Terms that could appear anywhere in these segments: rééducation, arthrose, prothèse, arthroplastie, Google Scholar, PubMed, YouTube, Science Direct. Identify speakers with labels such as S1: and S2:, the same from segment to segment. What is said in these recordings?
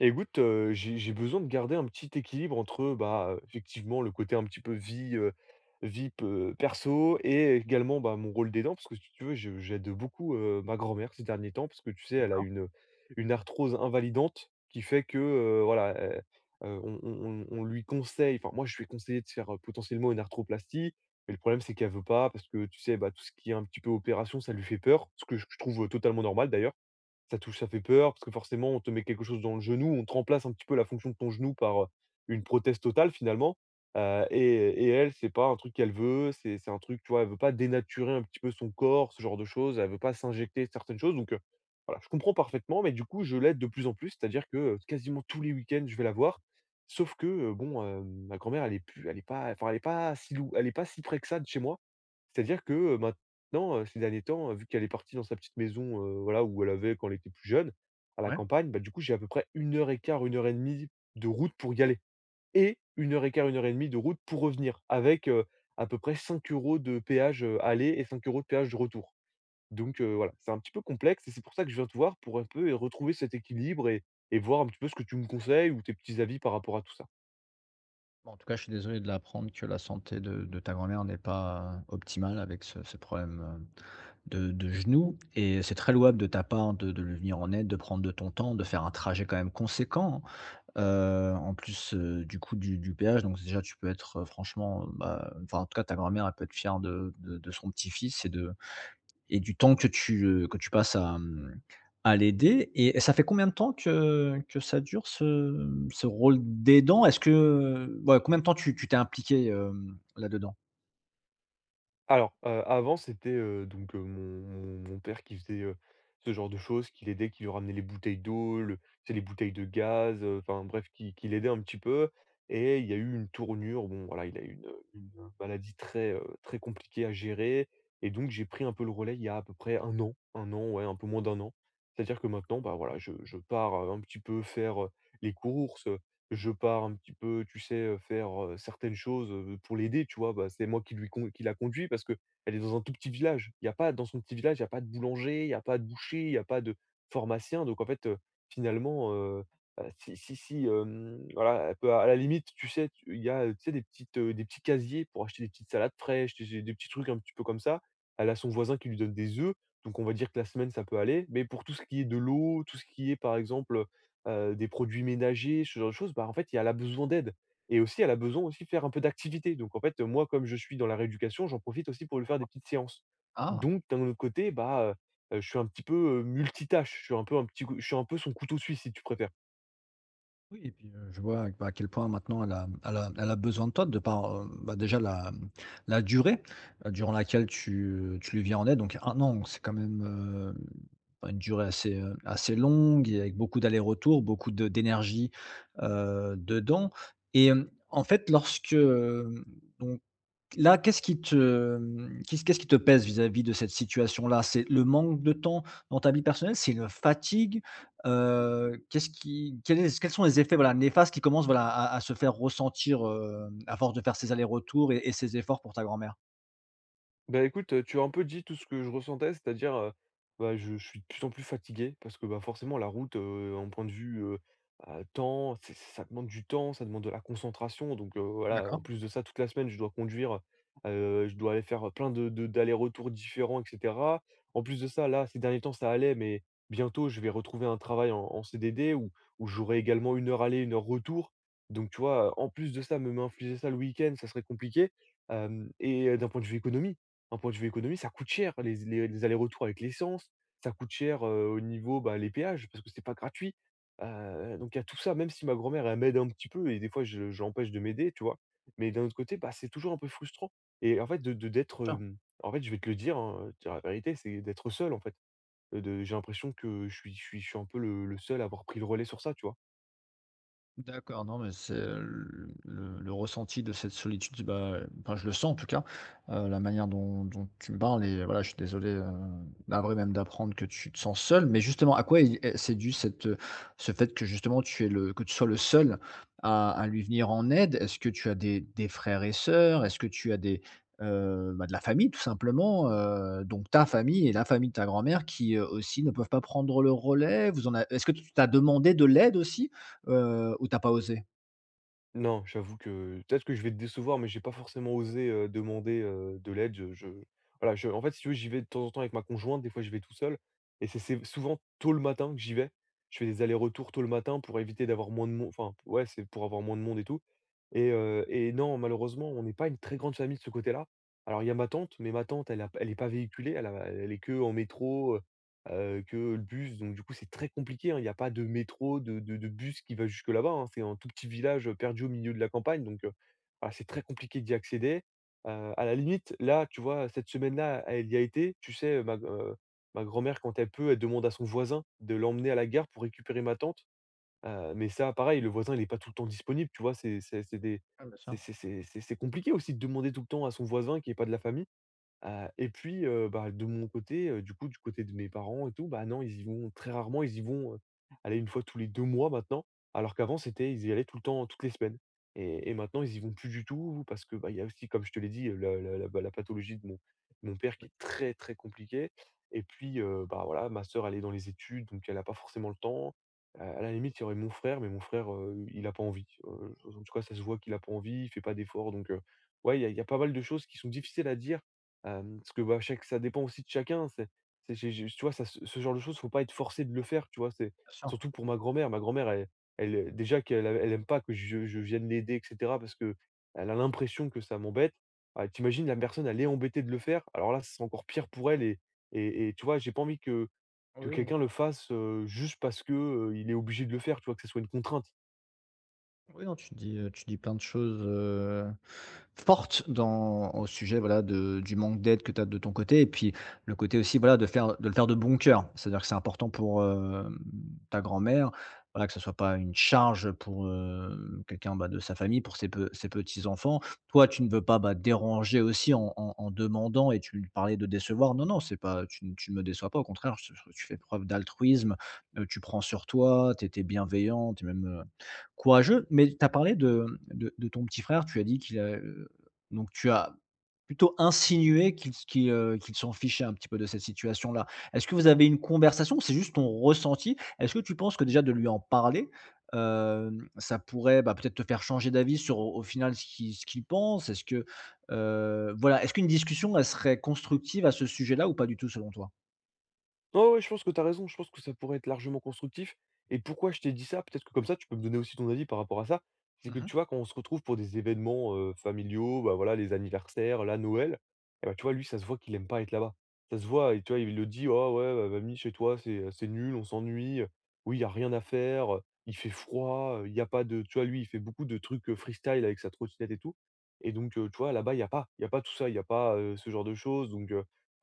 S1: Et écoute, j'ai besoin de garder un petit équilibre entre, bah, effectivement, le côté un petit peu vie, vie pe perso et également, bah, mon rôle d'aidant. Parce que si tu veux, je j'aide beaucoup, ma grand-mère ces derniers temps parce que tu sais, elle a
S2: D'accord,
S1: une arthrose invalidante qui fait que, voilà, on lui conseille enfin, moi, je lui ai conseillé de faire, potentiellement une arthroplastie. Mais le problème, c'est qu'elle veut pas parce que tu sais, bah, tout ce qui est un petit peu opération, ça lui fait peur, ce que je trouve totalement normal d'ailleurs. Ça touche, ça fait peur parce que forcément, on te met quelque chose dans le genou, on te remplace un petit peu la fonction de ton genou par, une prothèse totale finalement, et elle, c'est pas un truc qu'elle veut, c'est un truc, tu vois? Elle veut pas dénaturer un petit peu son corps, ce genre de choses, elle veut pas s'injecter certaines choses donc voilà, je comprends parfaitement mais du coup, je l'aide de plus en plus. C'est-à-dire que, quasiment tous les week-ends, je vais la voir sauf que, bon, ma grand-mère, elle est pas enfin, elle est pas si près que ça de chez moi. C'est-à-dire que, non, ces derniers temps, vu qu'elle est partie dans sa petite maison, voilà, où elle avait quand elle était plus jeune, à la
S2: ouais.
S1: campagne, bah, du coup, j'ai à peu près une heure et quart, une heure et demie de route pour y aller et une heure et quart, une heure et demie de route pour revenir avec, à peu près 5 € de péage, aller et 5 € de péage de retour. Donc voilà, c'est un petit peu complexe et c'est pour ça que je viens te voir pour un peu, retrouver cet équilibre et voir un petit peu ce que tu me conseilles ou tes petits avis par rapport à tout ça.
S2: Bon, en tout cas, je suis désolé de l'apprendre que la santé de ta grand-mère n'est pas optimale avec ce problème, de genou. Et c'est très louable de ta part de lui venir en aide, de prendre de ton temps, de faire un trajet quand même conséquent, en plus, du coût du péage. Donc déjà tu peux être, franchement, bah, enfin en tout cas ta grand-mère elle peut être fière de son petit-fils et de et du temps que tu passes à, mmh, à l'aider. Et ça fait combien de temps que ça dure ce rôle d'aidant? Est-ce que, ouais, combien de temps tu t'es impliqué, là-dedans?
S1: Alors, avant c'était, donc mon père qui faisait, ce genre de choses, qui l'aidait, qui lui ramenait les bouteilles d'eau, le tu les bouteilles de gaz, enfin bref qui l'aidait un petit peu et il y a eu une tournure, bon voilà, il a eu une maladie très, très compliquée à gérer et donc j'ai pris un peu le relais il y a à peu près 1 an, 1 an, ouais, un peu moins d'1 an. C'est-à-dire que maintenant, bah, voilà, je pars, un petit peu faire, les courses. Je pars un petit peu, tu sais, faire, certaines choses, pour l'aider, tu vois? Bah, c'est moi qui la conduit parce que elle est dans un tout petit village. Il y a pas dans son petit village, il y a pas de boulanger, il y a pas de boucher, il y a pas de pharmacien donc en fait, finalement, si si si, voilà, elle peut à la limite, tu sais, tu il y a, tu sais, des petites, des petits casiers pour acheter des petites salades fraîches, tu des petits trucs un petit peu comme ça. Elle a son voisin qui lui donne des œufs donc on va dire que la semaine, ça peut aller mais pour tout ce qui est de l'eau, tout ce qui est, par exemple, des produits ménagers, ce genre de choses, bah, en fait, et elle a besoin d'aide et aussi elle a besoin aussi de faire un peu d'activité donc en fait, moi, comme je suis dans la rééducation, j'en profite aussi pour lui faire des petites séances
S2: Ah!
S1: donc d'un autre côté, bah, je suis un petit peu, multitâche, je suis un peu je suis un peu son couteau suisse, si tu préfères.
S2: Oui, et puis, je vois à quel point maintenant elle a besoin de toi de par, bah, déjà la durée, durant laquelle tu tu lui viens en aide. Donc un an, c'est quand même, bah, une durée assez, assez longue, et avec beaucoup d'allers-retours, beaucoup de d'énergie, dedans. Et hem, en fait lorsque, hem, donc là, qu'est-ce qui te pèse vis-à-vis de cette situation-là? C'est le manque de temps dans ta vie personnelle? C'est une fatigue? Qu'est-ce qui quel est quels sont les effets, voilà, néfastes qui commencent, voilà, à se faire ressentir, à force de faire ces allers-retours et ces efforts pour ta grand-mère?
S1: Bah, écoute, tu as un peu dit tout ce que je ressentais, c'est-à-dire, bah, je suis de plus en plus fatigué parce que, bah, forcément la route, en point de vue, temps, c'est ça demande du temps, ça demande de la concentration donc voilà, en
S2: D'accord.
S1: plus de ça, toute la semaine, je dois conduire, je dois aller faire plein de d'allers-retours différents et cetera. En plus de ça, là, ces derniers temps, ça allait, mais bientôt, je vais retrouver un travail en CDD où j'aurai également une heure aller, une heure retour donc tu vois, en plus de ça, me m'infliger ça le week-end, ça serait compliqué, hem et d'un point de vue économie ça coûte cher, les allers-retours avec l'essence, ça coûte cher, au niveau, bah, les péages parce que c'est pas gratuit. Donc il y a tout ça, même si ma grand-mère, elle m'aide un petit peu et des fois je l'empêche de m'aider, tu vois? Mais d'un autre côté, bah, c'est toujours un peu frustrant et en fait en fait, je vais te le dire, hein, te dire la vérité, c'est d'être seul, en fait. De j'ai l'impression que je suis un peu le seul à avoir pris le relais sur ça, tu vois?
S2: D'accord. Non, mais c'est le ressenti de cette solitude, bah, enfin, je le sens en tout cas, la manière dont tu me parles, et voilà, je suis désolé, navré même d'apprendre que tu te sens seul. Mais justement, à quoi c'est dû cette, ce fait que justement que tu sois le seul à lui venir en aide? Est-ce que tu as des frères et sœurs? Est-ce que tu as des, bah, de la famille tout simplement, donc ta famille et la famille de ta grand-mère qui aussi ne peuvent pas prendre le relais? Est-ce que tu t'as demandé de l'aide aussi? Ou t'as pas osé? Bien
S1: Non, j'avoue que peut-être que je vais te décevoir, mais j'ai pas forcément osé, demander, de l'aide. Je voilà, je en fait, si tu veux, j'y vais de temps en temps avec ma conjointe, des fois je vais tout seul et c'est souvent tôt le matin que j'y vais. Je fais des allers-retours tôt le matin pour éviter d'avoir moins de monde. Enfin, ouais, c'est pour avoir moins de monde et tout et non, malheureusement, on n'est pas une très grande famille de ce côté-là. Alors il y a ma tante, mais ma tante, elle a est pas véhiculée, elle est qu'en métro, que le bus donc du coup, c'est très compliqué, hein. Il y a pas de métro, de bus qui va jusque là-bas, hein. C'est un tout petit village, perdu au milieu de la campagne donc ah, c'est très compliqué d'y accéder. À la limite, là, tu vois, cette semaine-là, elle y a été. Tu sais, ma grand-mère, quand elle peut, elle demande à son voisin de l'emmener à la gare pour récupérer ma tante. Mais ça, pareil, le voisin, il est pas tout le temps disponible, tu vois? C'est compliqué aussi de demander tout le temps à son voisin qui est pas de la famille. Et puis, bah, de mon côté, du coup, du côté de mes parents et tout, bah, non, ils y vont très rarement, ils y vont, allez 1 fois tous les 2 mois maintenant, alors qu'avant c'était ils y allaient tout le temps, toutes les semaines et maintenant ils y vont plus du tout parce que, bah, il y a aussi comme je te l'ai dit, la bah, la pathologie de mon père qui est très, très compliquée et puis, bah, voilà, ma sœur elle est dans les études donc elle a pas forcément le temps. À la limite, il y aurait mon frère mais mon frère, il a pas envie, en tout cas ça se voit qu'il a pas envie, il fait pas d'efforts donc ouais, il y a pas mal de choses qui sont difficiles à dire. Parce que, bah, chaque ça dépend aussi de chacun, c'est j'ai tu vois, ça ce genre de choses, faut pas être forcé de le faire, tu vois? C'est
S2: sûr.
S1: surtout pour ma grand-mère. Ma grand-mère, elle, déjà qu'elle a elle aime pas que je vienne l'aider et cetera parce que elle a l'impression que ça m'embête. Ah, tu la personne, elle est embêtée de le faire, alors là, c'est encore pire pour elle et tu vois, j'ai pas envie que
S2: Oui, oui.
S1: quelqu'un le fasse, juste parce que, il est obligé de le faire, tu vois? Que ce soit une contrainte.
S2: Oui, non, tu dis plein de choses, fortes dans au sujet, voilà, de du manque d'aide que tu as de ton côté. Et puis le côté aussi, voilà, de le faire de bon cœur. C'est-à-dire que c'est important pour, ta grand-mère, voilà, que ce soit pas une charge pour, quelqu'un, bah, de sa famille, pour ses petits-enfants. Toi, tu ne veux pas, bah, déranger aussi en en demandant, et tu parlais de décevoir. Non, non, c'est pas tu ne me déçois pas, au contraire, je tu fais preuve d'altruisme, tu prends sur toi, tu bienveillant, tu es même, courageux. Mais tu as parlé de ton petit frère, tu as dit qu'il a, donc tu as plutôt insinué qu'il s'en fichait un petit peu de cette situation-là. Est-ce que vous avez une conversation, c'est juste ton ressenti? Est-ce que tu penses que déjà de lui en parler, ça pourrait, bah, peut-être te faire changer d'avis sur au au final ce qu'il pense? Est-ce que, voilà, est-ce qu'une discussion, elle serait constructive à ce sujet-là, ou pas du tout selon toi?
S1: Ouais, ouais, je pense que tu as raison. Je pense que ça pourrait être largement constructif. Et pourquoi je t'ai dit ça? Peut-être que comme ça, tu peux me donner aussi ton avis par rapport à ça. C'est que
S2: Mmh.
S1: tu vois, quand on se retrouve pour des événements familiaux, bah voilà, les anniversaires, là, Noël, et bah, tu vois, lui, ça se voit qu'il aime pas être là-bas. Ça se voit, et tu vois, il le dit, oh ouais, bah, mamie, chez toi, c'est nul, on s'ennuie, oui, il y a rien à faire, il fait froid, il y a pas de. Tu vois, lui, il fait beaucoup de trucs freestyle avec sa trottinette et tout. Et donc, tu vois, là-bas, il y a pas tout ça, il n'y a pas ce genre de choses. Donc,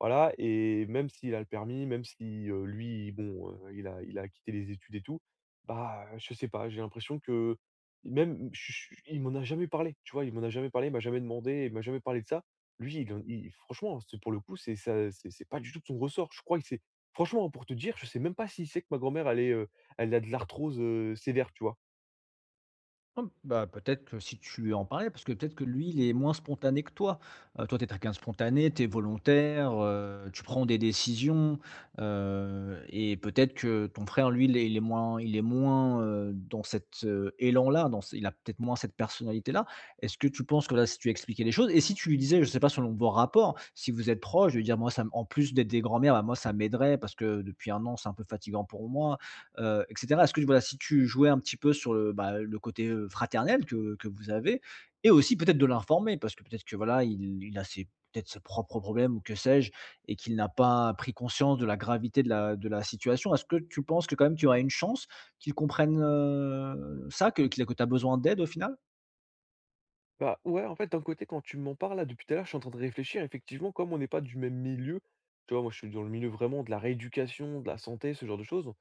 S1: voilà, et même s'il a le permis, même si, lui, bon, il a quitté les études et tout, bah, je sais pas, j'ai l'impression que même je il m'en a jamais parlé, tu vois? Il m'en a jamais parlé, il m'a jamais demandé, il m'a jamais parlé de ça. Lui, il en il Franchement, c'est pour le coup, c'est ça c'est pas du tout de son ressort. Je crois que c'est franchement, pour te dire, je sais même pas s'il sait que ma grand-mère, elle a de l'arthrose, sévère, tu vois?
S2: Oh, bah, peut-être que si tu lui en parlais, parce que peut-être que lui, il est moins spontané que toi. Toi, tu es quelqu'un de spontané, tu es volontaire, tu prends des décisions, et peut-être que ton frère, lui, il est moins, dans cet, élan-là, dans ce il a peut-être moins cette personnalité-là. Est-ce que tu penses que là, si tu expliquais les choses et si tu lui disais, je sais pas, selon vos rapports, si vous êtes proches, de lui dire: «Moi, ça me en plus d'être des grands-mères, bah, moi, ça m'aiderait parce que depuis un an, c'est un peu fatigant pour moi», et cetera. Est-ce que voilà, si tu jouais un petit peu sur le, bah, le côté, fraternel que vous avez, et aussi peut-être de l'informer parce que peut-être que voilà, il a ses peut-être ses propres problèmes ou que sais-je, et qu'il n'a pas pris conscience de la gravité de la situation. Est-ce que tu penses que quand même tu aurais une chance qu'ils comprennent, ça, que tu as besoin d'aide au final?
S1: Bah, ouais, en fait, d'un côté, quand tu m'en parles, là, depuis tout à l'heure, je suis en train de réfléchir. Effectivement, comme on n'est pas du même milieu, tu vois, moi, je suis dans le milieu vraiment de la rééducation, de la santé, ce genre de choses.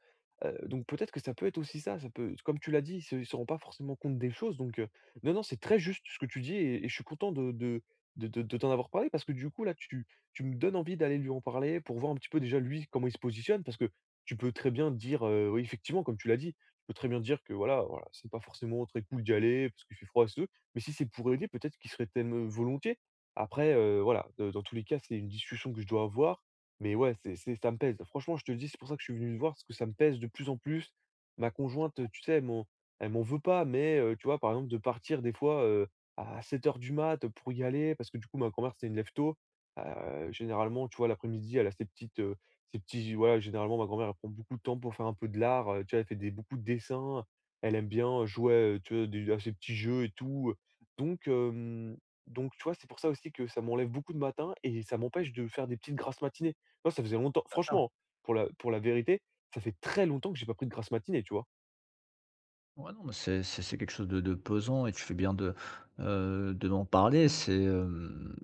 S1: Donc, peut-être que ça peut être aussi ça. Ça peut, comme tu l'as dit, ils se rendent pas forcément compte des choses. Donc, non, non, c'est très juste ce que tu dis, et je suis content de t'en avoir parlé, parce que du coup, tu me donnes envie d'aller lui en parler pour voir un petit peu déjà lui comment il se positionne. Parce que tu peux très bien dire, oui, effectivement, comme tu l'as dit, tu peux très bien dire que voilà, c'est pas forcément très cool d'y aller parce qu'il fait froid, mais si c'est pour aider, peut-être qu'il serait tellement volontiers. Après, voilà, dans tous les cas, c'est une discussion que je dois avoir, mais ouais, c'est ça me pèse. Franchement, je te le dis, c'est pour ça que je suis venu te voir, parce que ça me pèse de plus en plus. Ma conjointe, tu sais, elle m'en veut pas, mais tu vois, par exemple, de partir des fois, à 7h du mat pour y aller, parce que du coup, ma grand-mère, c'est une lève tôt. Généralement, tu vois, l'après-midi, elle a ses ses petits, voilà. Généralement, ma grand-mère, elle prend beaucoup de temps pour faire un peu de l'art, tu vois, elle fait des beaucoup de dessins. Elle aime bien jouer, tu vois, des à ses petits jeux et tout. Donc, hem, donc tu vois, c'est pour ça aussi que ça m'enlève beaucoup de matin et ça m'empêche de faire des petites grasses matinées. Moi, ça faisait longtemps,
S2: Bien sûr.
S1: franchement, pour la vérité, ça fait très longtemps que j'ai pas pris de grasse matinée, tu vois?
S2: Ouais, non, mais c'est c'est quelque chose de pesant, et tu fais bien de m'en parler. C'est,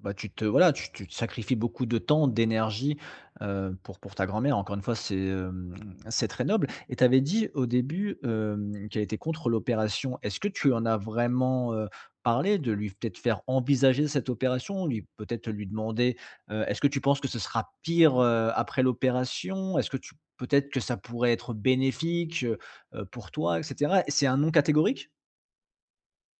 S2: bah, tu te sacrifies beaucoup de temps, d'énergie, pour ta grand-mère. Encore une fois, c'est, c'est très noble. Et tu avais dit au début, qu'elle était contre l'opération. Est-ce que tu en as vraiment, parlé? De lui peut-être faire envisager cette opération? Lui peut-être lui demander, «Est-ce que tu penses que ce sera pire, après l'opération? Est-ce que tu peut-être que ça pourrait être bénéfique?» Pour toi, et cetera? C'est un non catégorique?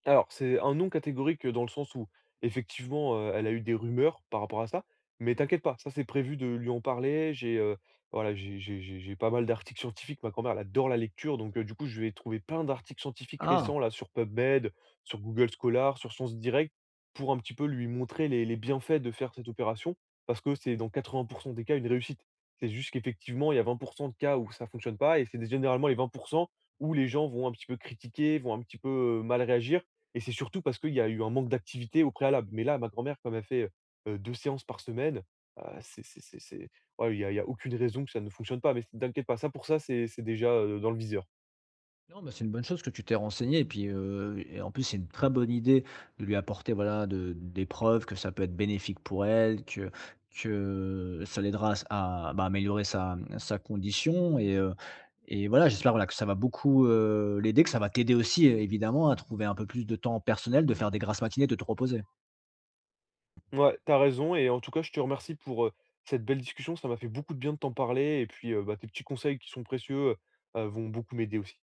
S1: Alors, c'est un non catégorique, dans le sens où effectivement, elle a eu des rumeurs par rapport à ça, mais t'inquiète pas, ça c'est prévu de lui en parler. J'ai, voilà, J'ai pas mal d'articles scientifiques. Ma grand-mère elle adore la lecture, donc du coup, je vais trouver plein d'articles scientifiques
S2: Ah!
S1: récents là sur PubMed, sur Google Scholar, sur Science Direct, pour un petit peu lui montrer les bienfaits de faire cette opération. Parce que c'est dans 80 des cas une réussite. C'est juste qu'effectivement, il y a 20 de cas où ça fonctionne pas, et c'est généralement les 20 où les gens vont un petit peu critiquer, vont un petit peu, mal réagir, et c'est surtout parce qu'il y a eu un manque d'activité au préalable. Mais là, ma grand-mère, comme elle fait, 2 séances par semaine, c'est ouais, il y a aucune raison que ça ne fonctionne pas. Mais t'inquiète pas, ça pour ça, c'est déjà, dans le viseur.
S2: Non, mais c'est une bonne chose que tu t'es renseigné. Et puis, et en plus, c'est une très bonne idée de lui apporter, voilà, de des preuves que ça peut être bénéfique pour elle, que ça l'aidera à, bah, améliorer sa, mmh, sa condition. Et et voilà, j'espère, voilà, que ça va beaucoup, l'aider, que ça va t'aider aussi, é évidemment, à trouver un peu plus de temps personnel, de faire des grasses matinées, de te reposer.
S1: Ouais, t'as raison, et en tout cas, je te remercie pour, cette belle discussion. Ça m'a fait beaucoup de bien de t'en parler, et puis, bah, tes petits conseils qui sont précieux, vont beaucoup m'aider aussi.